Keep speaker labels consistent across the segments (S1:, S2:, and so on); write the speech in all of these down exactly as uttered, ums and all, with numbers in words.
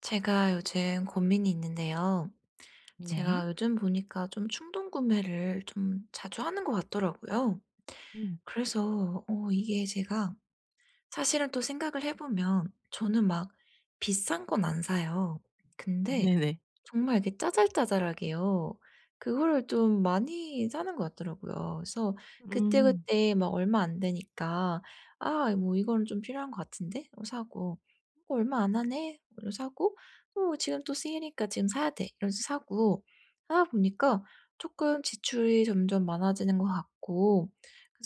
S1: 제가 요즘 고민이 있는데요.
S2: 네.
S1: 제가 요즘 보니까 좀 충동 구매를 좀 자주 하는 것 같더라고요.
S2: 음.
S1: 그래서 어 이게 제가 사실은 또 생각을 해 보면 저는 막 비싼 건 안 사요.
S2: 아,
S1: 근데
S2: 네네.
S1: 정말 이렇게 짜잘짜잘하게요. 그거를 좀 많이 사는 것 같더라고요. 그래서
S2: 음.
S1: 그때그때 막 얼마 안 되니까 '아 뭐 이거는 좀 필요한 것 같은데?' 하 사고 '이거 얼마 안 하네?' 이러 사고 '어 지금 또 쓰이니까 지금 사야 돼.' 이러면서 사고 하다 보니까 조금 지출이 점점 많아지는 것 같고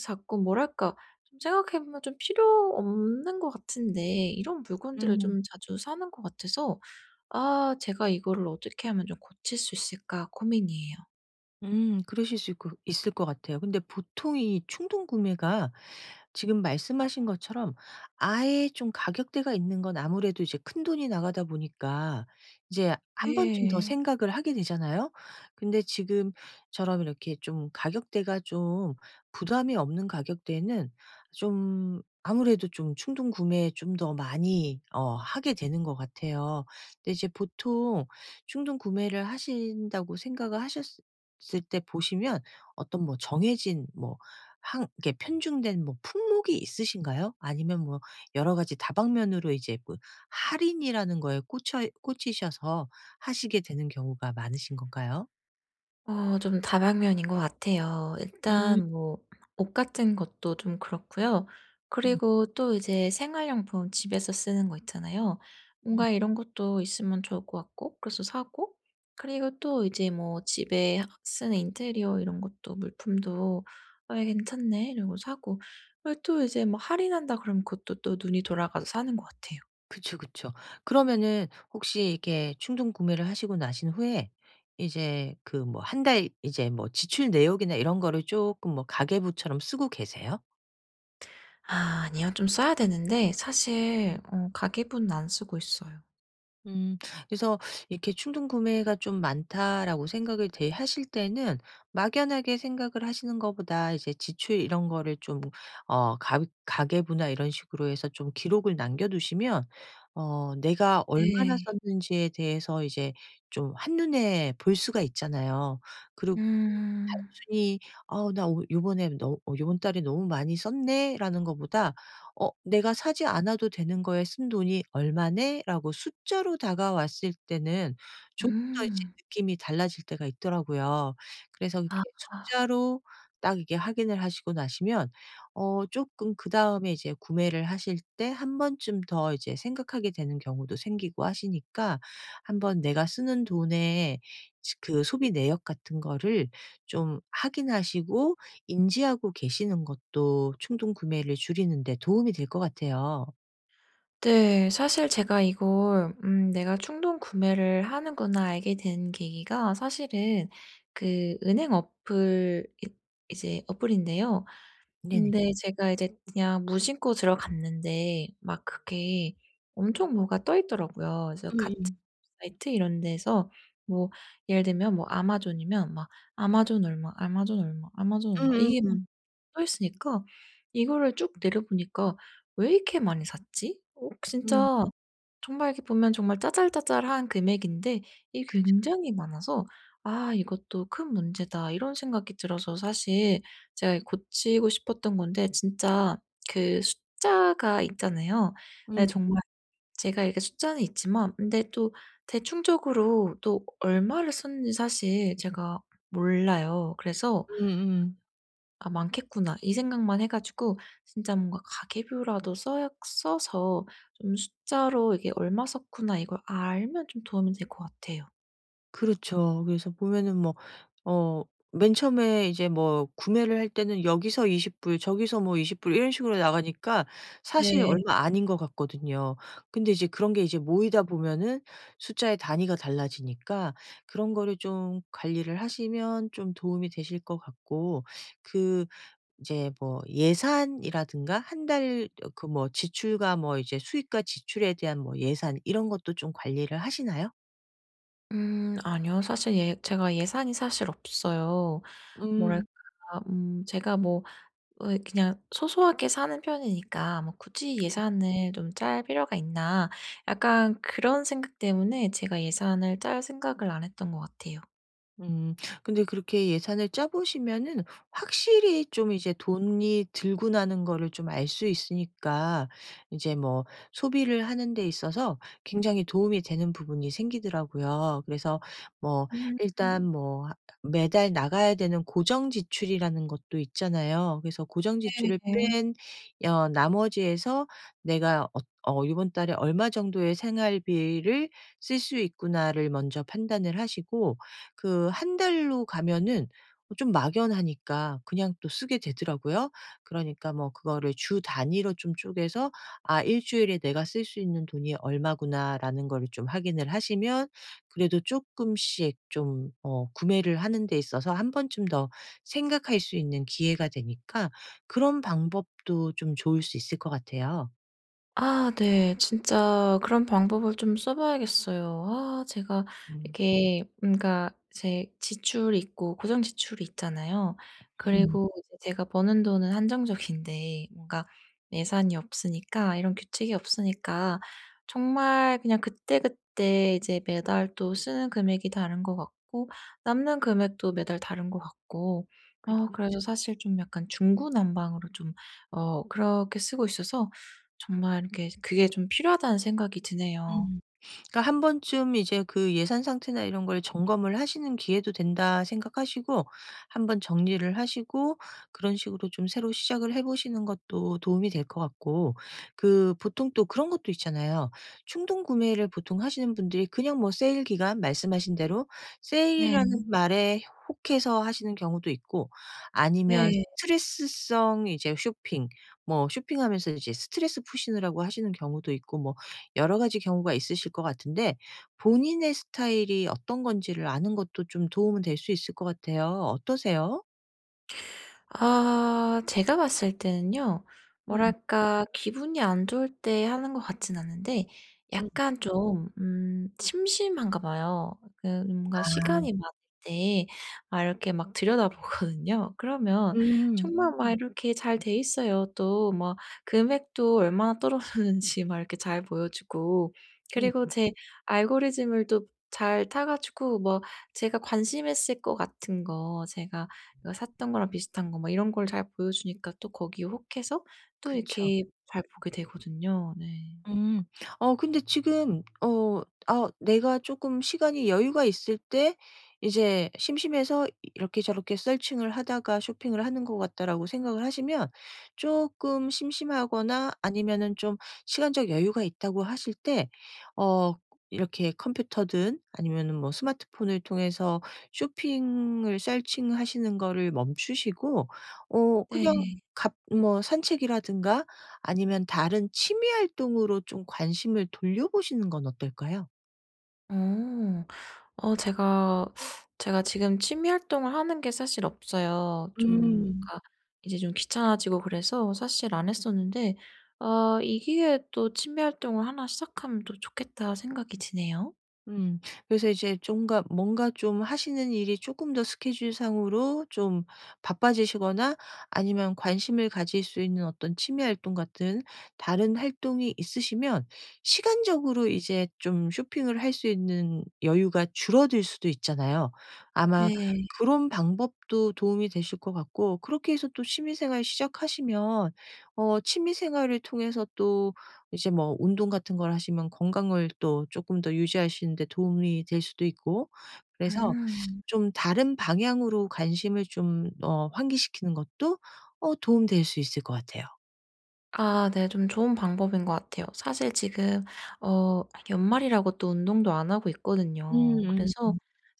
S1: 자꾸 뭐랄까 좀 생각해 보면 좀 필요 없는 것 같은데 이런 물건들을
S2: 음.
S1: 좀 자주 사는 것 같아서 '아 제가 이거를 어떻게 하면 좀 고칠 수 있을까.' 고민이에요.
S2: 음 그러실 수 있고 있을 것 같아요. 근데 보통 이 충동 구매가 지금 말씀하신 것처럼, 아예 좀 가격대가 있는 건 아무래도 이제 큰돈이 나가다 보니까 이제 한 번쯤 더
S1: 네.
S2: 생각을 하게 되잖아요. 근데 지금처럼 이렇게 좀 가격대가 좀 부담이 없는 가격대는 좀 아무래도 좀 충동 구매 좀 더 많이 어 하게 되는 것 같아요. 근데 이제 보통 충동 구매를 하신다고 생각을 하셨 봤을 때 보시면, 어떤 뭐 정해진 뭐 한게 편중된 뭐 품목이 있으신가요? 아니면 뭐 여러 가지 다방면으로 이제 뭐 할인이라는 거에 꽂혀 꽂히셔서 하시게 되는 경우가 많으신 건가요?
S1: 어 좀 다방면인 것 같아요.
S2: 음.
S1: 일단 뭐 옷 같은 것도 좀 그렇고요.
S2: 음.
S1: 그리고 또 이제 생활용품 집에서 쓰는 거 있잖아요.
S2: 음.
S1: 뭔가 이런 것도 있으면 좋을 것 같고 그래서 사고 그리고 또 이제 뭐 집에 쓰는 인테리어 이런 것도 물품도 '아 괜찮네.' 이러고 사고 그리고 또 이제 뭐 할인한다 그러면 그것도 또 눈이 돌아가서 사는 것 같아요.
S2: 그쵸, 그쵸. 그러면은, 혹시 이렇게 충동 구매를 하시고 나신 후에 이제 그 뭐 한달 이제 뭐 지출 내역이나 이런 거를 조금 뭐 가계부처럼 쓰고 계세요?
S1: 아 아니요. 좀 써야 되는데 사실 어 가계부는 안 쓰고 있어요.
S2: 음. 그래서 이렇게 '충동 구매가 좀 많다.'라고 생각을 대- 하실 때는, 막연하게 생각을 하시는 것보다 이제 지출 이런 거를 좀 어 가 가계부나 이런 식으로 해서 좀 기록을 남겨 두시면 어 내가 얼마나
S1: 네.
S2: 썼는지에 대해서 이제 좀 한눈에 볼 수가 있잖아요. 그리고
S1: 음.
S2: 단순히 '아 나 오 요번에 너 어 요번 달에 너무 많이 썼네.'라는 것보다 어 '내가 사지 않아도 되는 거에 쓴 돈이 얼마네?'라고 숫자로 다가왔을 때는 조금 더 이제
S1: 음.
S2: 느낌이 달라질 때가 있더라고요. 그래서 이렇게
S1: 아.
S2: 숫자로 딱 이게 확인을 하시고 나시면 어 조금 그 다음에 이제 구매를 하실 때 한 번쯤 더 이제 생각하게 되는 경우도 생기고 하시니까, 한번 내가 쓰는 돈의 그 소비 내역 같은 거를 좀 확인하시고 인지하고 계시는 것도 충동 구매를 줄이는 데 도움이 될 것 같아요.
S1: 네. 사실 제가 이걸 음 '내가 충동 구매를 하는구나.' 알게 된 계기가 사실은 그 은행 어플 이 이제 어플인데요.
S2: 네네.
S1: 근데 제가 이제 그냥 무심코 들어갔는데 막 그게 엄청 뭐가 떠 있더라고요. 그래서 같은
S2: 음음.
S1: 사이트 이런 데서 뭐 예를 들면 뭐 아마존이면 막 아마존 얼마, 아마존 얼마, 아마존 얼마 이게 막
S2: 음음음.
S1: 떠 있으니까 이거를 쭉 내려보니까 '왜 이렇게 많이 샀지?' 어
S2: 음.
S1: 진짜 정말 이렇게 보면 정말 짜잘짜잘한 금액인데 이게 굉장히 많아서 '아 이것도 큰 문제다.' 이런 생각이 들어서 사실 제가 고치고 싶었던 건데 진짜 그 숫자가 있잖아요. 네
S2: 음.
S1: 정말 제가 이렇게 숫자는 있지만 근데 또 대충적으로 또 얼마를 썼는지 사실 제가 몰라요. 그래서
S2: 음. 음
S1: '아 많겠구나.' 이 생각만 해 가지고 진짜 뭔가 가계부라도 써야 써서 좀 숫자로 이게 '얼마 썼구나.' 이걸 알면 좀 도움이 될 것 같아요.
S2: 그렇죠. 그래서 보면은 뭐 어 맨 처음에 이제 뭐 구매를 할 때는 여기서 이십 불, 저기서 뭐 이십 불 이런 식으로 나가니까 사실
S1: 네.
S2: 얼마 아닌 것 같거든요. 근데 이제 그런 게 이제 모이다 보면은 숫자의 단위가 달라지니까, 그런 거를 좀 관리를 하시면 좀 도움이 되실 것 같고, 그 이제 뭐 예산이라든가 한 달 그 뭐 지출과 뭐 이제 수입과 지출에 대한 뭐 예산 이런 것도 좀 관리를 하시나요?
S1: 음 아니요. 사실 예 제가 예산이 사실 없어요.
S2: 음.
S1: 뭐랄까 음 제가 뭐 어 그냥 소소하게 사는 편이니까 뭐 '굳이 예산을 좀 짤 필요가 있나.' 약간 그런 생각 때문에 제가 예산을 짤 생각을 안 했던 것 같아요.
S2: 음. 근데 그렇게 예산을 짜 보시면은 확실히 좀 이제 돈이 들고 나는 거를 좀 알 수 있으니까, 이제 뭐 소비를 하는 데 있어서 굉장히 도움이 되는 부분이 생기더라고요. 그래서 뭐
S1: 음.
S2: 일단 뭐 하 매달 나가야 되는 고정 지출이라는 것도 있잖아요. 그래서 고정 지출을
S1: 네.
S2: 뺀 어 나머지에서 '내가 어어번 달에 얼마 정도의 생활비를 쓸 수 있구나.'를 먼저 판단을 하시고. 그 한 달로 가면은 어 좀 막연하니까 그냥 또 쓰게 되더라고요. 그러니까 뭐 그거를 주 단위로 좀 쪼개서 '아 일 주일에 내가 쓸 수 있는 돈이 얼마구나.'라는 거를 좀 확인을 하시면, 그래도 쪼끔씩 좀 어 구매를 하는 데 있어서 한 번쯤 더 생각할 수 있는 기회가 되니까, 그런 방법도 좀 좋을 수 있을 것 같아요.
S1: 아 네. 진짜 그런 방법을 좀 써 봐야겠어요. 아 제가
S2: 음.
S1: 이렇게 뭔가 제 지출이 있고 고정 지출이 있잖아요.
S2: 음.
S1: 그리고 이제 제가 버는 돈은 한정적인데 뭔가 예산이 없으니까 이런 규칙이 없으니까 정말 그냥 그때그때 이제 매달 또 쓰는 금액이 다른 것 같고 남는 금액도 매달 다른 것 같고
S2: 그쵸,
S1: 어 그래서
S2: 그쵸.
S1: 사실 좀 약간 중구난방으로 좀 어 그렇게 쓰고 있어서 정말 이렇게 그게 좀 필요하다는 생각이 드네요.
S2: 음. 그러니까 한 번쯤 이제 그 예산 상태나 이런 걸 점검을 하시는 기회도 된다 생각하시고, 한 번 정리를 하시고 그런 식으로 좀 새로 시작을 해 보시는 것도 도움이 될 것 같고. 그 보통 또 그런 것도 있잖아요. 충동 구매를 보통 하시는 분들이 그냥 뭐 세일 기간 말씀하신 대로,
S1: 네.
S2: 세일이라는 말에 혹해서 하시는 경우도 있고, 아니면 음.
S1: 네.
S2: 스트레스성 이제 쇼핑, 뭐 쇼핑하면서 이제 스트레스 푸시느라고 하시는 경우도 있고, 뭐 여러 가지 경우가 있으실 것 같은데, 본인의 스타일이 어떤 건지를 아는 것도 좀 도움은 될 수 있을 것 같아요. 어떠세요?
S1: 아 제가 봤을 때는요. 네.
S2: 음.
S1: 뭐랄까 기분이 안 좋을 때 하는 것 같진 않은데
S2: 음.
S1: 약간 좀 음 심심한가 봐요. 그 뭔가
S2: 아.
S1: 시간이 많을 때 막 이렇게 막 들여다보거든요. 그러면
S2: 음.
S1: 정말 막 음. 이렇게 잘 돼 있어요. 또 뭐 금액도 얼마나 떨어졌는지 막 이렇게 잘 보여 주고
S2: 음.
S1: 그리고 제 알고리즘을 또 잘 타 가지고 뭐 제가 관심했을 것 같은 거 제가 내가 샀던 거랑 비슷한 거 막 이런 걸 잘 보여주니까 또 거기에 혹해서 또
S2: 그쵸.
S1: 이렇게 잘 보게 되거든요. 네.
S2: 음. 어 근데 지금 어 아 내가 쪼끔 시간이 여유가 있을 때 이제 심심해서 '이렇게 저렇게 서칭을 하다가 쇼핑을 하는 것 같다.'라고 생각을 하시면, 쪼끔 심심하거나 아니면은 좀 시간적 여유가 있다고 하실 때 어 이렇게 컴퓨터든 아니면은 뭐 스마트폰을 통해서 쇼핑을 서칭하시는 거를 멈추시고 어 그냥
S1: 네.
S2: 갑 뭐 산책이라든가, 아니면 다른 취미 활동으로 좀 관심을 돌려보시는 건 어떨까요?
S1: 어. 어 제가 제가 지금 취미 활동을 하는 게 사실 없어요. 좀
S2: 음.
S1: 그러니까 이제 좀 귀찮아지고 그래서 사실 안 했었는데 어 이 기회에 또 취미 활동을 하나 시작하면 또 좋겠다 생각이 드네요.
S2: 음. 그래서 이제 좀가 뭔가 좀 하시는 일이 조금 더 스케줄상으로 좀 바빠지시거나, 아니면 관심을 가질 수 있는 어떤 취미 활동 같은 다른 활동이 있으시면, 시간적으로 이제 좀 쇼핑을 할 수 있는 여유가 줄어들 수도 있잖아요. 아마 음.
S1: 네.
S2: 그런 방법도 도움이 되실 것 같고, 그렇게 해서 또 취미 생활 시작하시면 어 취미 생활을 통해서 또 이제 뭐 운동 같은 걸 하시면 건강을 또 쪼끔 더 유지하시는 데 도움이 될 수도 있고, 그래서
S1: 음.
S2: 좀 다른 방향으로 관심을 좀 어 환기시키는 것도 어 도움될 수 있을 것 같아요.
S1: 아 네. 좀 좋은 방법인 것 같아요. 사실 지금 어 연말이라고 또 운동도 안 하고 있거든요.
S2: 음. 음.
S1: 그래서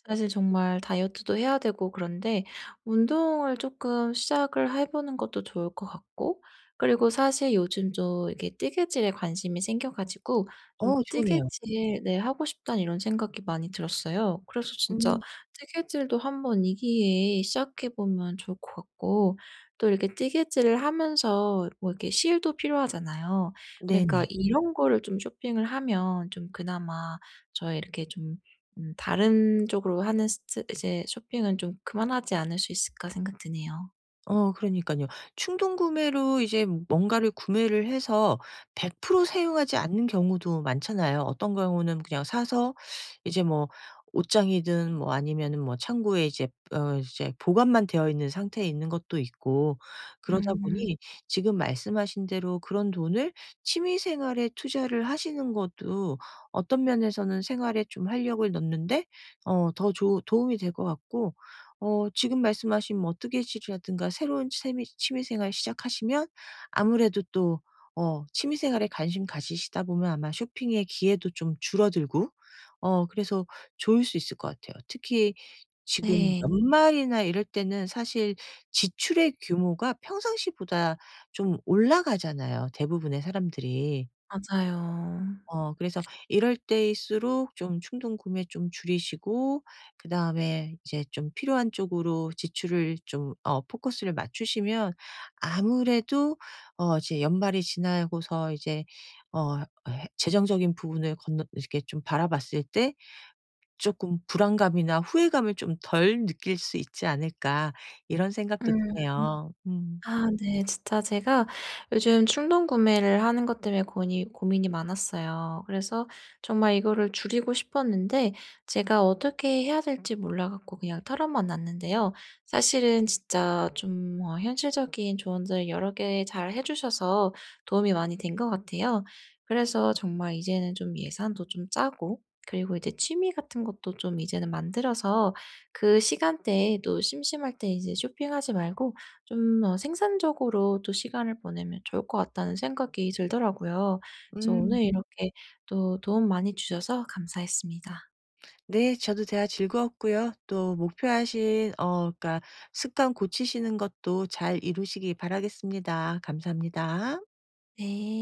S1: 사실 정말 다이어트도 해야 되고 그런데 운동을 조금 시작을 해 보는 것도 좋을 것 같고 그리고 사실 요즘 좀 이게 뜨개질에 관심이 생겨 가지고 좀
S2: 어 좋네요.
S1: 뜨개질 네 하고 싶다는 이런 생각이 많이 들었어요. 그래서 진짜
S2: 음.
S1: 뜨개질도 한번 이 기회에 시작해 보면 좋을 것 같고 또 이렇게 찌개질을 하면서 뭐 이렇게 실도 필요하잖아요. 그러니까 음.
S2: 네네.
S1: 이런 거를 좀 쇼핑을 하면 좀 그나마 저의 이렇게 좀 음 다른 쪽으로 하는 스트 이제 쇼핑은 좀 그만하지 않을 수 있을까 생각 드네요.
S2: 어 그러니까요, 충동 구매로 이제 뭔가를 구매를 해서 백 퍼센트 사용하지 않는 경우도 많잖아요. 어떤 경우는 그냥 사서 이제 뭐 옷장이든 뭐 아니면은 뭐 창고에 이제 어 이제 보관만 되어 있는 상태에 있는 것도 있고. 그러다
S1: 음.
S2: 보니 지금 말씀하신 대로 그런 돈을 취미 생활에 투자를 하시는 것도 어떤 면에서는 생활에 좀 활력을 넣는데 어 더 좋 도움이 될 것 같고. 어 지금 말씀하신 뭐 뜨개질이라든가 새로운 취미 취미생활 시작하시면 아무래도 또 어 취미생활에 관심 가지시다 보면 아마 쇼핑의 기회도 좀 줄어들고 어 그래서 좋을 수 있을 것 같아요. 특히 지금
S1: 네.
S2: 연말이나 이럴 때는 사실 지출의 규모가 평상시보다 좀 올라가잖아요, 대부분의 사람들이.
S1: 맞아요.
S2: 어 그래서 이럴 때일수록 좀 충동 구매 좀 줄이시고, 그다음에 이제 좀 필요한 쪽으로 지출을 좀 어 포커스를 맞추시면 아무래도 어 이제 연말이 지나고서 이제 어 해- 재정적인 부분을 건너 이렇게 좀 바라봤을 때, 조금 불안감이나 후회감을 좀 덜 느낄 수 있지 않을까 이런
S1: 음.
S2: 생각도 드네요. 음.
S1: 아 네. 진짜 제가 요즘 충동 구매를 하는 것 때문에 고니 고민이 많았어요. 그래서 정말 이거를 줄이고 싶었는데 제가 어떻게 해야 될지 몰라 갖고 그냥 털어만 놨는데요. 사실은 진짜 좀 어 현실적인 조언들 여러 개 잘 해 주셔서 도움이 많이 된 것 같아요. 그래서 정말 이제는 좀 예산도 좀 짜고 그리고 이제 취미 같은 것도 좀 이제는 만들어서 그 시간대에 또 심심할 때 이제 쇼핑하지 말고 좀 어 생산적으로 또 시간을 보내면 좋을 것 같다는 생각이 들더라고요. 그래서
S2: 음.
S1: 오늘 이렇게 또 도움 많이 주셔서 감사했습니다.
S2: 네. 저도 대화 즐거웠고요. 또 목표하신 어 그러니까 습관 고치시는 것도 잘 이루시기 바라겠습니다. 감사합니다.
S1: 네.